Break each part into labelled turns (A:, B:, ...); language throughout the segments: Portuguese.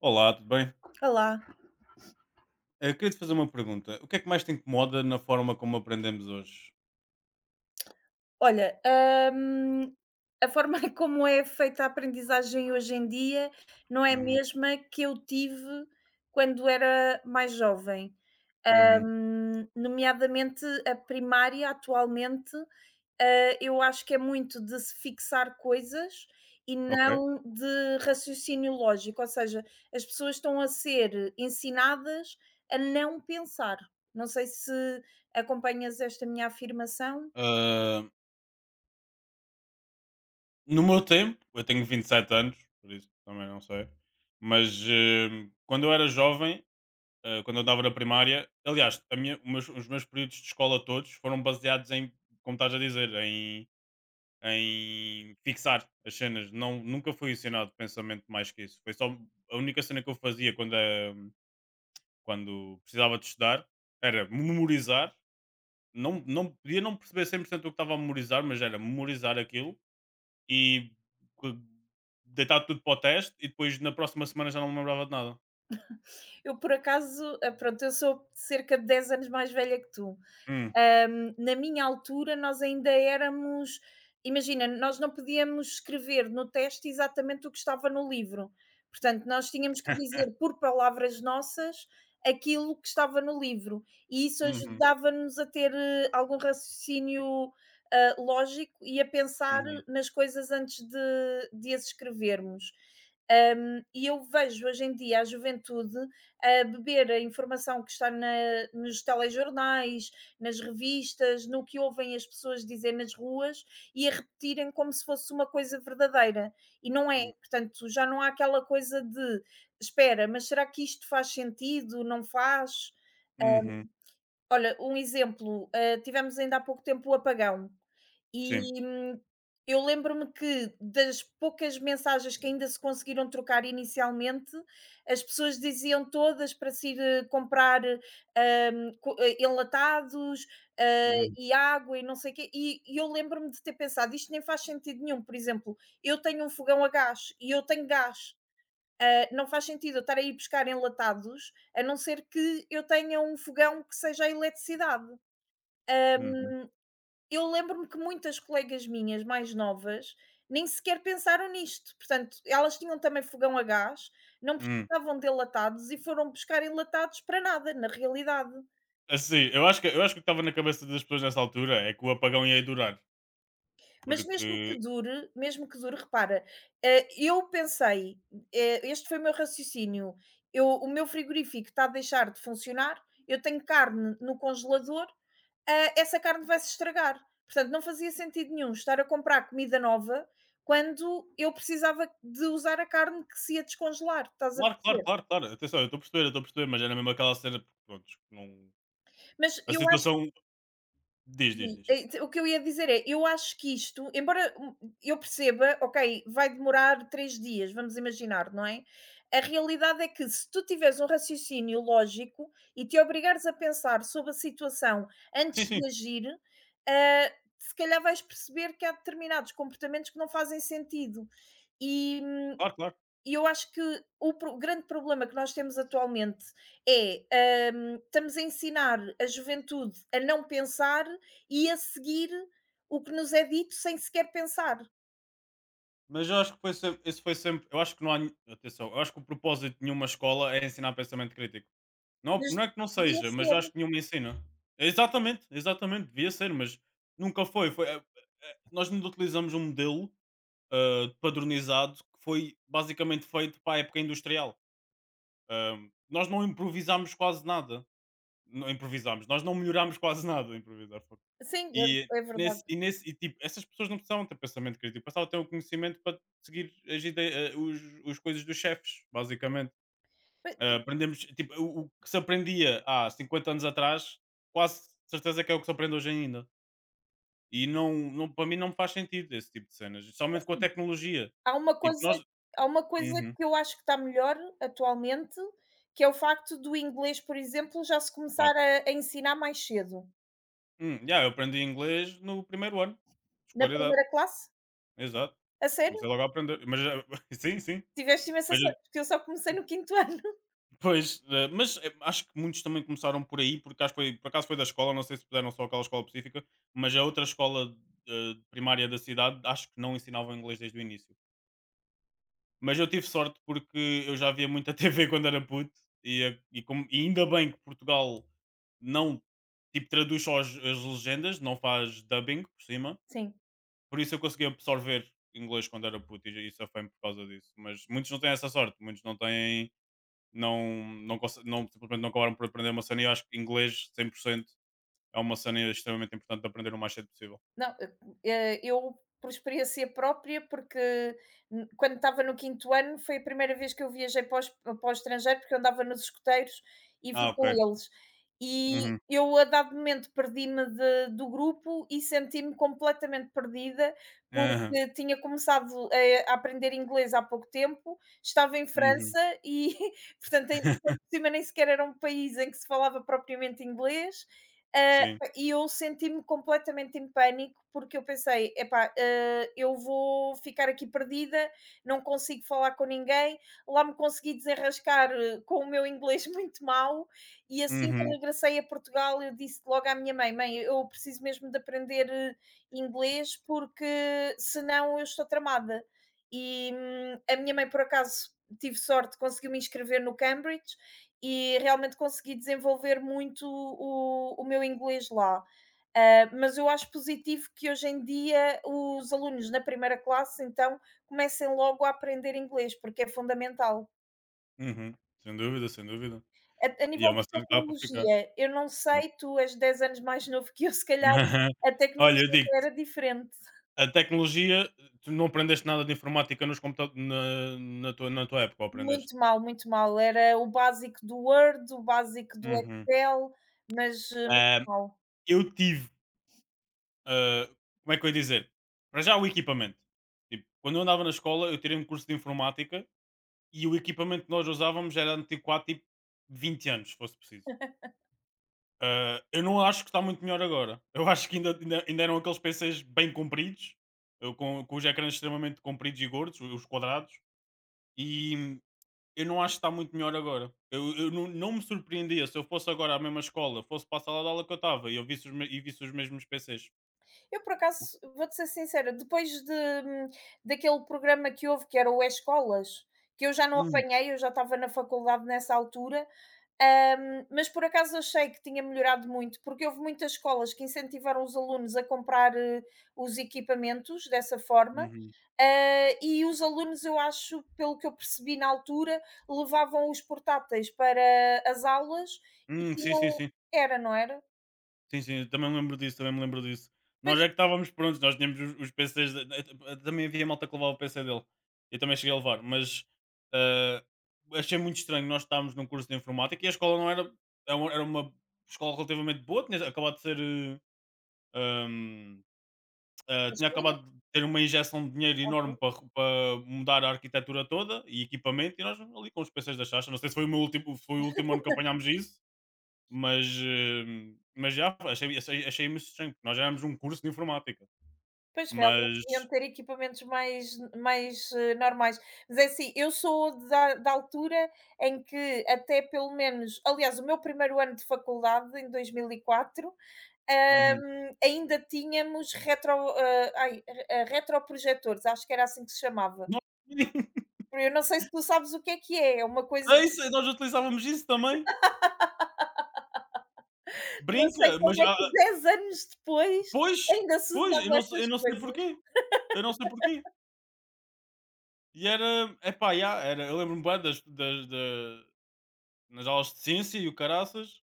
A: Olá, tudo bem?
B: Olá.
A: Queria te fazer uma pergunta. O que é que mais te incomoda na forma como aprendemos hoje?
B: Olha, hum, a forma como é feita a aprendizagem hoje em dia não é a
A: Uhum.
B: mesma que eu tive quando era mais jovem.
A: Uhum.
B: Nomeadamente a primária, atualmente, eu acho que é muito de se fixar coisas e
A: Ok.
B: não de raciocínio lógico, ou seja, as pessoas estão a ser ensinadas a não pensar. Não sei se acompanhas esta minha afirmação.
A: Ah, no meu tempo, eu tenho 27 anos, por isso também não sei, mas quando eu era jovem, quando eu andava na primária, aliás, os meus períodos de escola todos foram baseados em, como estás a dizer, em, fixar as cenas. Não, nunca fui ensinado pensamento mais que isso. Foi só a única cena que eu fazia quando precisava de estudar, era memorizar. Não, não podia não perceber 100% o que estava a memorizar, mas era memorizar aquilo e co- deitar tudo para o teste, e depois na próxima semana já não me lembrava de nada.
B: Eu, por acaso, pronto, eu sou cerca de 10 anos mais velha que tu.
A: Hum.
B: Na minha altura, nós ainda éramos. Imagina, nós não podíamos escrever no teste exatamente o que estava no livro. Portanto, nós tínhamos que dizer por palavras nossas aquilo que estava no livro. E isso
A: Uhum.
B: ajudava-nos a ter algum raciocínio lógico e a pensar
A: Uhum.
B: nas coisas antes de as escrevermos. E eu vejo hoje em dia a juventude a beber a informação que está nos telejornais, nas revistas, no que ouvem as pessoas dizer nas ruas e a repetirem como se fosse uma coisa verdadeira. E não é,
A: Uhum.
B: portanto, já não há aquela coisa de espera, mas será que isto faz sentido? Não faz?
A: Uhum.
B: Olha, um exemplo, tivemos ainda há pouco tempo o apagão.
A: Sim.
B: E, eu lembro-me que das poucas mensagens que ainda se conseguiram trocar inicialmente, as pessoas diziam todas para se ir, comprar, enlatados,
A: Hum.
B: e água e não sei o quê, e eu lembro-me de ter pensado: "Isto nem faz sentido nenhum". Por exemplo, eu tenho um fogão a gás e eu tenho gás. Não faz sentido eu estar a ir buscar enlatados, a não ser que eu tenha um fogão que seja a eletricidade.
A: Uhum.
B: Eu lembro-me que muitas colegas minhas mais novas nem sequer pensaram nisto, portanto, elas tinham também fogão a gás, não
A: Hum.
B: precisavam de enlatados e foram buscar enlatados para nada, na realidade.
A: Assim, eu acho que o que estava na cabeça das pessoas nessa altura é que o apagão ia durar,
B: Mas mesmo que
A: porque
B: dure mesmo que dure, repara, eu pensei, este foi o meu raciocínio, eu o meu frigorífico está a deixar de funcionar, eu tenho carne no congelador, essa carne vai se estragar. Portanto, não fazia sentido nenhum estar a comprar comida nova quando eu precisava de usar a carne que se ia descongelar, estás a
A: claro, claro,
B: perceber?
A: claro, claro. Atenção, eu estou a perceber, eu estou a perceber, mas era mesmo aquela cena, porque pronto, não...
B: Mas
A: A
B: eu acho
A: situação, diz, diz, diz.
B: O que eu ia dizer é, eu acho que isto, embora eu perceba, ok, vai demorar 3 dias, vamos imaginar, não é? A realidade é que se tu tiveres um raciocínio lógico e te obrigares a pensar sobre a situação antes
A: Sim, sim.
B: de agir, ah, se calhar vais perceber que há determinados comportamentos que não fazem sentido. E hum,
A: Claro, claro.
B: e eu acho que o pro grande problema que nós temos atualmente é, estamos a ensinar a juventude a não pensar e a seguir o que nos é dito sem sequer pensar,
A: Mas eu acho que foi sempre, esse foi sempre. Eu acho que não há atenção, eu acho que o propósito de nenhuma escola é ensinar pensamento crítico. Não,
B: mas
A: não é que não
B: devia
A: seja, mas
B: ser.
A: eu acho que nenhuma ensina. Exatamente, exatamente, devia ser, mas nunca foi. Nós não utilizamos um modelo padronizado, que foi basicamente feito para a época industrial. Ah, nós não improvisámos quase nada. Não improvisámos, nós não melhorámos quase nada. A improvisar.
B: Sim,
A: E
B: é verdade.
A: nesse, tipo, essas pessoas não precisavam ter pensamento crítico, precisavam ter o conhecimento para seguir as ideias, os coisas dos chefes, basicamente.
B: Bem,
A: Ah, aprendemos, tipo, o que se aprendia há 50 anos atrás, quase certeza que é o que se aprende hoje ainda. E não, não, para mim não me faz sentido esse tipo de cenas, somente com a tecnologia.
B: há uma
A: Tipo,
B: coisa
A: nós.
B: há uma coisa
A: Uhum.
B: que eu acho que está melhor atualmente, que é o facto do inglês, por exemplo, já se começar
A: Claro.
B: a ensinar mais cedo.
A: Yeah, eu aprendi inglês no primeiro ano de
B: Na
A: escolaridade.
B: primeira classe?
A: Exato.
B: A sério?
A: Comecei logo a aprender, mas sim, sim.
B: Tiveste imensa
A: Mas
B: sorte, porque eu só comecei no quinto ano.
A: Pois, acho que muitos também começaram por aí, porque acho que foi, por acaso foi da escola, não sei se puderam só aquela escola específica, mas a outra escola primária da cidade acho que não ensinava inglês desde o início. Mas eu tive sorte porque eu já via muita TV quando era puto, e ainda bem que Portugal não, tipo, traduz só as legendas, não faz dubbing por cima,
B: Sim.
A: por isso eu consegui absorver inglês quando era puto, e isso foi por causa disso. Mas muitos não têm essa sorte, muitos não têm. Não, simplesmente não acabaram por aprender uma cena, e eu acho que inglês 100% é uma cena extremamente importante de aprender o mais cedo possível.
B: Não, eu por experiência própria, porque quando estava no quinto ano foi a primeira vez que eu viajei para para o estrangeiro, porque eu andava nos escuteiros e fui
A: Ah,
B: com
A: ok.
B: eles. E
A: Uhum.
B: eu, a dado momento, perdi-me do grupo e senti-me completamente perdida,
A: Aham.
B: porque tinha começado a aprender inglês há pouco tempo, estava em
A: Uhum.
B: França e, portanto, por cima nem sequer era um país em que se falava propriamente inglês. eh,
A: Sim.
B: e eu senti-me completamente em pânico porque eu pensei, epá, eu vou ficar aqui perdida, não consigo falar com ninguém. Lá me consegui desenrascar com o meu inglês muito mau e assim que
A: Uhum.
B: regressei a Portugal eu disse logo à minha mãe: mãe, eu preciso mesmo de aprender inglês porque senão eu estou tramada. E a minha mãe por acaso tive sorte, conseguiu me inscrever no Cambridge e realmente consegui desenvolver muito o meu inglês lá. Mas eu acho positivo que hoje em dia os alunos na primeira classe, então, comecem logo a aprender inglês, porque é fundamental.
A: Uhum. Sem dúvida, sem dúvida.
B: A
A: E é
B: nível
A: uma
B: de
A: cena que dá para ficar.
B: tecnologia, eu não sei, tu és 10 anos mais novo que eu, se calhar a
A: Olha, eu
B: tecnologia
A: digo,
B: era diferente.
A: a tecnologia, tu não aprendeste nada de informática nos computa na, na tua época, ou aprendeste?
B: Muito mal, muito mal. Era o básico do Word, o básico do
A: Uhum.
B: Excel, mas muito
A: Ah,
B: mal.
A: eu tive ah, como é que eu ia dizer? Para já, o equipamento. Tipo, quando eu andava na escola, eu tirei um curso de informática, e o equipamento que nós usávamos era antiquado tipo 20 anos, se fosse preciso. Ah, eu não acho que está muito melhor agora. Eu acho que ainda eram aqueles PCs bem compridos, eu com os ecrãs extremamente compridos e gordos, os quadrados, e eu não acho que está muito melhor agora. Eu não me surpreendia se eu fosse agora à mesma escola, fosse para a sala de aula que eu estava, e eu visse e visse os mesmos PCs.
B: Eu, por acaso, vou-te ser sincera, depois de daquele programa que houve, que era o Escolas, que eu já não
A: Hum.
B: apanhei. Eu já estava na faculdade nessa altura, mas por acaso achei que tinha melhorado muito, porque houve muitas escolas que incentivaram os alunos a comprar, os equipamentos dessa forma.
A: Uhum.
B: E os alunos, eu acho, pelo que eu percebi na altura, levavam os portáteis para as aulas e
A: Sim, sim,
B: tinham,
A: sim.
B: era, não era?
A: Sim, sim, eu também me lembro disso, também me lembro disso. Nós
B: Pois,
A: é que estávamos prontos, nós tínhamos os PCs, também havia malta que levava o PC dele, eu também cheguei a levar, mas eh, achei muito estranho. Nós estávamos num curso de informática e a escola não era, era uma escola relativamente boa, tinha acabado de ser, ahm,
B: mas
A: tinha acabado de ter uma injeção de dinheiro enorme
B: ok.
A: para, para mudar a arquitetura toda e equipamento, e nós ali com os PCs da Chacha. Não sei se foi foi o último ano que apanhámos isso, mas, já achei imenso estranho, porque nós já éramos um curso de informática,
B: Pois, realmente
A: mas
B: deviam ter equipamentos mais mais, normais. Mas é assim, eu sou da altura em que até pelo menos, aliás, o meu primeiro ano de faculdade, em 2004,
A: Uhum.
B: ainda tínhamos retro hã, ai, re ah, retroprojetores, acho que era assim que se chamava.
A: Nós
B: Eu não sei se tu sabes o que é, é uma coisa.
A: nem sei, nós utilizávamos isso também.
B: Não sei
A: Brinca, mas
B: como é
A: há,
B: que 10 anos depois
A: pois,
B: ainda se
A: pois,
B: usava essas
A: eu não sei
B: coisas.
A: porquê, eu não sei porquê. E era, eu lembro-me bem das das da, nas aulas de ciência e o caraças,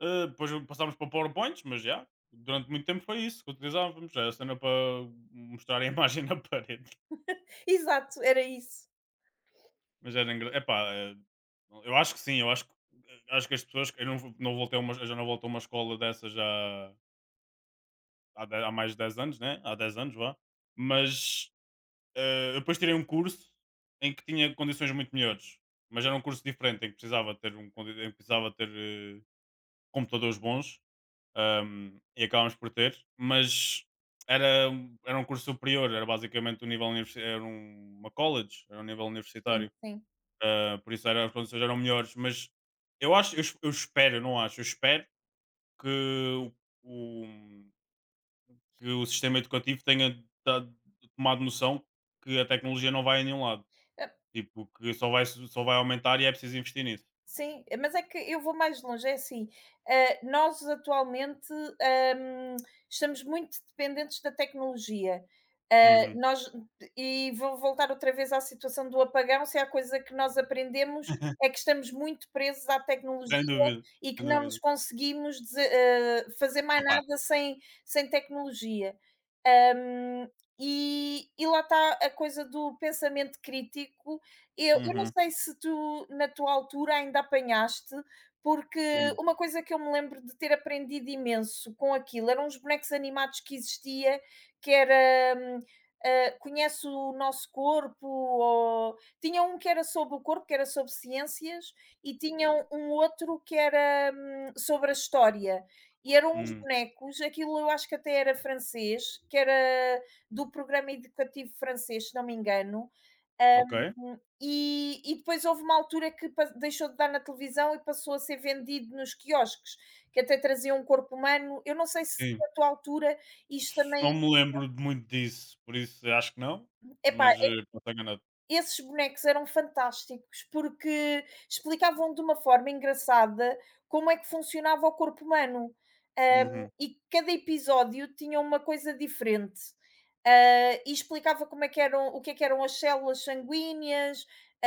A: depois passámos para PowerPoints, mas já, durante muito tempo, foi isso que utilizávamos, era a cena para mostrar a imagem na parede.
B: Exato, era isso.
A: Mas era eu acho que sim, eu acho que acho que as pessoas, eu não vo não voltei a uma, eu já não volto a uma escola dessa já há mais de dez anos, né, há 10 anos, vá, mas, eu depois tirei um curso em que tinha condições muito melhores, mas era um curso diferente, em que precisava ter um condi em que precisava ter, computadores bons, e acabámos por ter, mas era um curso superior, era basicamente o nível universi era uma college, era um nível
B: Sim,
A: universitário.
B: sim.
A: Ah, por isso era, as condições eram melhores, mas eu acho, eu espero, eu não acho, eu espero que o- que o sistema educativo tenha dado- tomado noção que a tecnologia não vai a nenhum lado, tipo, que só vai aumentar e é preciso investir nisso.
B: Sim, mas é que eu vou mais longe, é assim, eh, nós atualmente, estamos muito dependentes da tecnologia. Uhum.
A: Uhum.
B: Nós, e vou voltar outra vez à situação do apagão, se há coisa que nós aprendemos é que estamos muito presos à
A: Sem
B: tecnologia
A: dúvida,
B: e que
A: sem
B: não nos
A: dúvida.
B: conseguimos fazer mais
A: Opa.
B: nada sem sem tecnologia. Hum, e lá está a coisa do pensamento crítico. Eu não
A: Uhum.
B: sei se tu, na tua altura, ainda apanhaste, porque
A: Hum,
B: uma coisa que eu me lembro de ter aprendido imenso com aquilo, eram os bonecos animados que existia, que era, "Conhece o nosso corpo", ou tinha um que era sobre o corpo, que era sobre ciências, e tinham um outro que era, sobre a história. E eram uns
A: hum.
B: bonecos, aquilo eu acho que até era francês, que era do programa educativo francês, se não me engano,
A: Ok.
B: hum, e depois houve uma altura que deixou de dar na televisão e passou a ser vendido nos quiosques, que até trazia um corpo humano. Eu não sei se
A: Sim.
B: na tua altura isto também.
A: Não me lembro de muito disso, por isso acho que não,
B: Epá,
A: mas posso estar enganado.
B: esses bonecos eram fantásticos porque explicavam de uma forma engraçada como é que funcionava o corpo humano.
A: Uhum.
B: E cada episódio tinha uma coisa diferente. E explicava como é que eram, o que é que eram as células sanguíneas.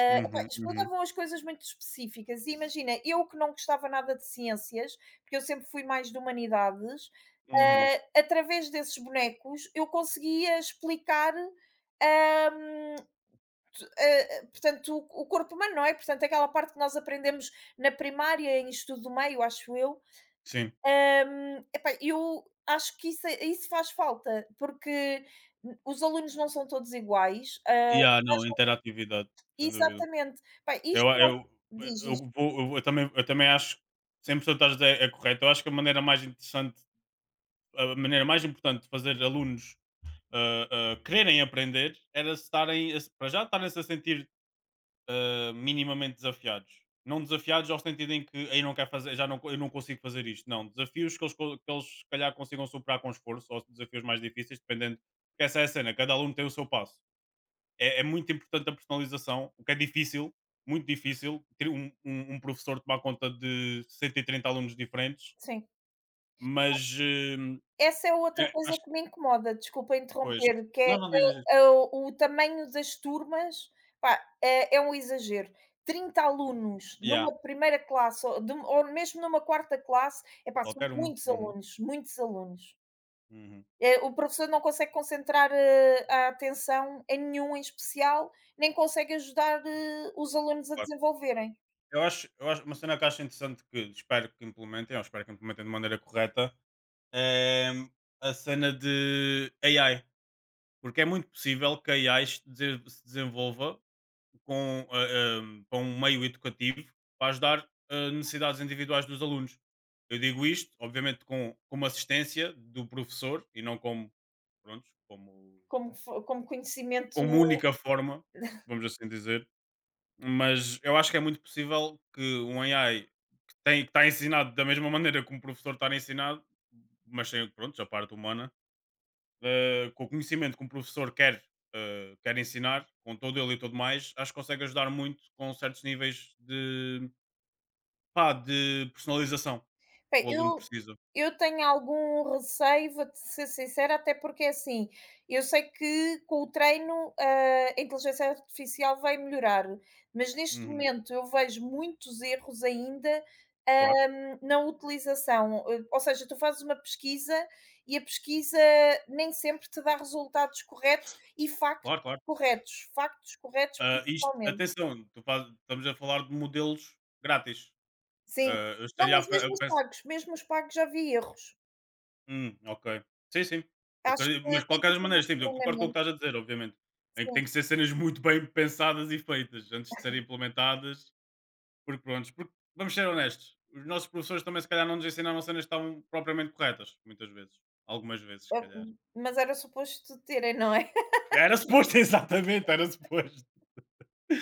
B: Epá,
A: Uhum. Uhum.
B: explicavam as coisas muito específicas. E imagina, eu que não gostava nada de ciências, porque eu sempre fui mais de humanidades,
A: Uhum.
B: através desses bonecos eu conseguia explicar. um, Portanto, o corpo humano, não é? Portanto, aquela parte que nós aprendemos na primária, em estudo do meio, acho eu.
A: Sim.
B: Epá, eu acho que isso, isso faz falta, porque os alunos não são todos iguais.
A: E yeah, não, interatividade, sem dúvida.
B: Exatamente. Pá,
A: Eu
B: isto
A: eu
B: é, diz isto,
A: eu também acho que 100% estás a dizer é correto. Eu acho que a maneira mais importante de fazer alunos, quererem aprender, era se estarem a, para já estarem-se a sentir, minimamente desafiados. Não desafiados ao sentido em que: "Aí não quer fazer, já não eu não consigo fazer isto", não, desafios que eles co que eles se calhar consigam superar com esforço, ou desafios mais difíceis, dependendo, porque essa é a cena, cada aluno tem o seu passo. É muito importante a personalização, o que é difícil, muito difícil, ter um professor tomar conta de 130 alunos diferentes,
B: sim.
A: mas
B: Essa é outra
A: é, acho
B: coisa
A: que
B: que me incomoda, desculpa
A: pois.
B: interromper, que
A: Não, não diz.
B: é a o tamanho das turmas. Pá, é um exagero. 30 alunos
A: Yeah,
B: numa primeira classe ou de ou mesmo numa quarta classe, epá, são
A: qualquer uma.
B: muitos
A: Uhum.
B: alunos, muitos alunos.
A: Uhum.
B: O professor não consegue concentrar, a atenção em nenhum em especial, nem consegue ajudar, os alunos a
A: Claro.
B: desenvolverem
A: Eu acho, uma cena que acho interessante, que espero que implementem, ou espero que implementem de maneira correta, é, a cena de AI, porque é muito possível que a AI se desenvolva com, para um meio educativo, para ajudar necessidades individuais dos alunos. Eu digo isto, obviamente, com, assistência do professor, e não como, pronto, como,
B: como conhecimento.
A: única forma, vamos assim dizer. Mas eu acho que é muito possível que um AI que, que está ensinado da mesma maneira como o professor está ensinado, mas sem, pronto, a parte humana, com o conhecimento que um professor quer, quer ensinar, com todo ele e tudo mais. Acho que consegue ajudar muito com certos níveis de, pá, de personalização que
B: Bem,
A: o aluno
B: eu
A: precisa.
B: eu tenho algum receio, vou-te ser sincera, até porque é assim, eu sei que com o treino, a inteligência artificial vai melhorar, mas neste
A: Uhum.
B: momento eu vejo muitos erros ainda,
A: Claro,
B: na utilização. Ou seja, tu fazes uma pesquisa e a pesquisa nem sempre te dá resultados corretos e
A: claro, claro.
B: factos corretos
A: Ah, isto,
B: principalmente.
A: atenção, tu estamos a falar de modelos grátis.
B: Sim.
A: Ah, eu
B: Não,
A: estaria a,
B: mas
A: eu penso,
B: mesmo os pagos já vi erros.
A: ok. Sim, sim.
B: Acho que
A: Mas de
B: tem
A: qualquer
B: que
A: das
B: haver
A: maneiras,
B: mais
A: sim, eu concordo com o
B: treinamento,
A: que estás a dizer, obviamente. Em que
B: sim.
A: tem que ser cenas muito bem pensadas e feitas antes de serem implementadas. Porque prontos, porque vamos ser honestos, os nossos professores também se calhar não nos ensinaram cenas que estavam propriamente corretas, muitas vezes. Algumas vezes, se
B: Eh,
A: calhar.
B: mas era suposto terem, não é?
A: Era suposto, exatamente, era suposto.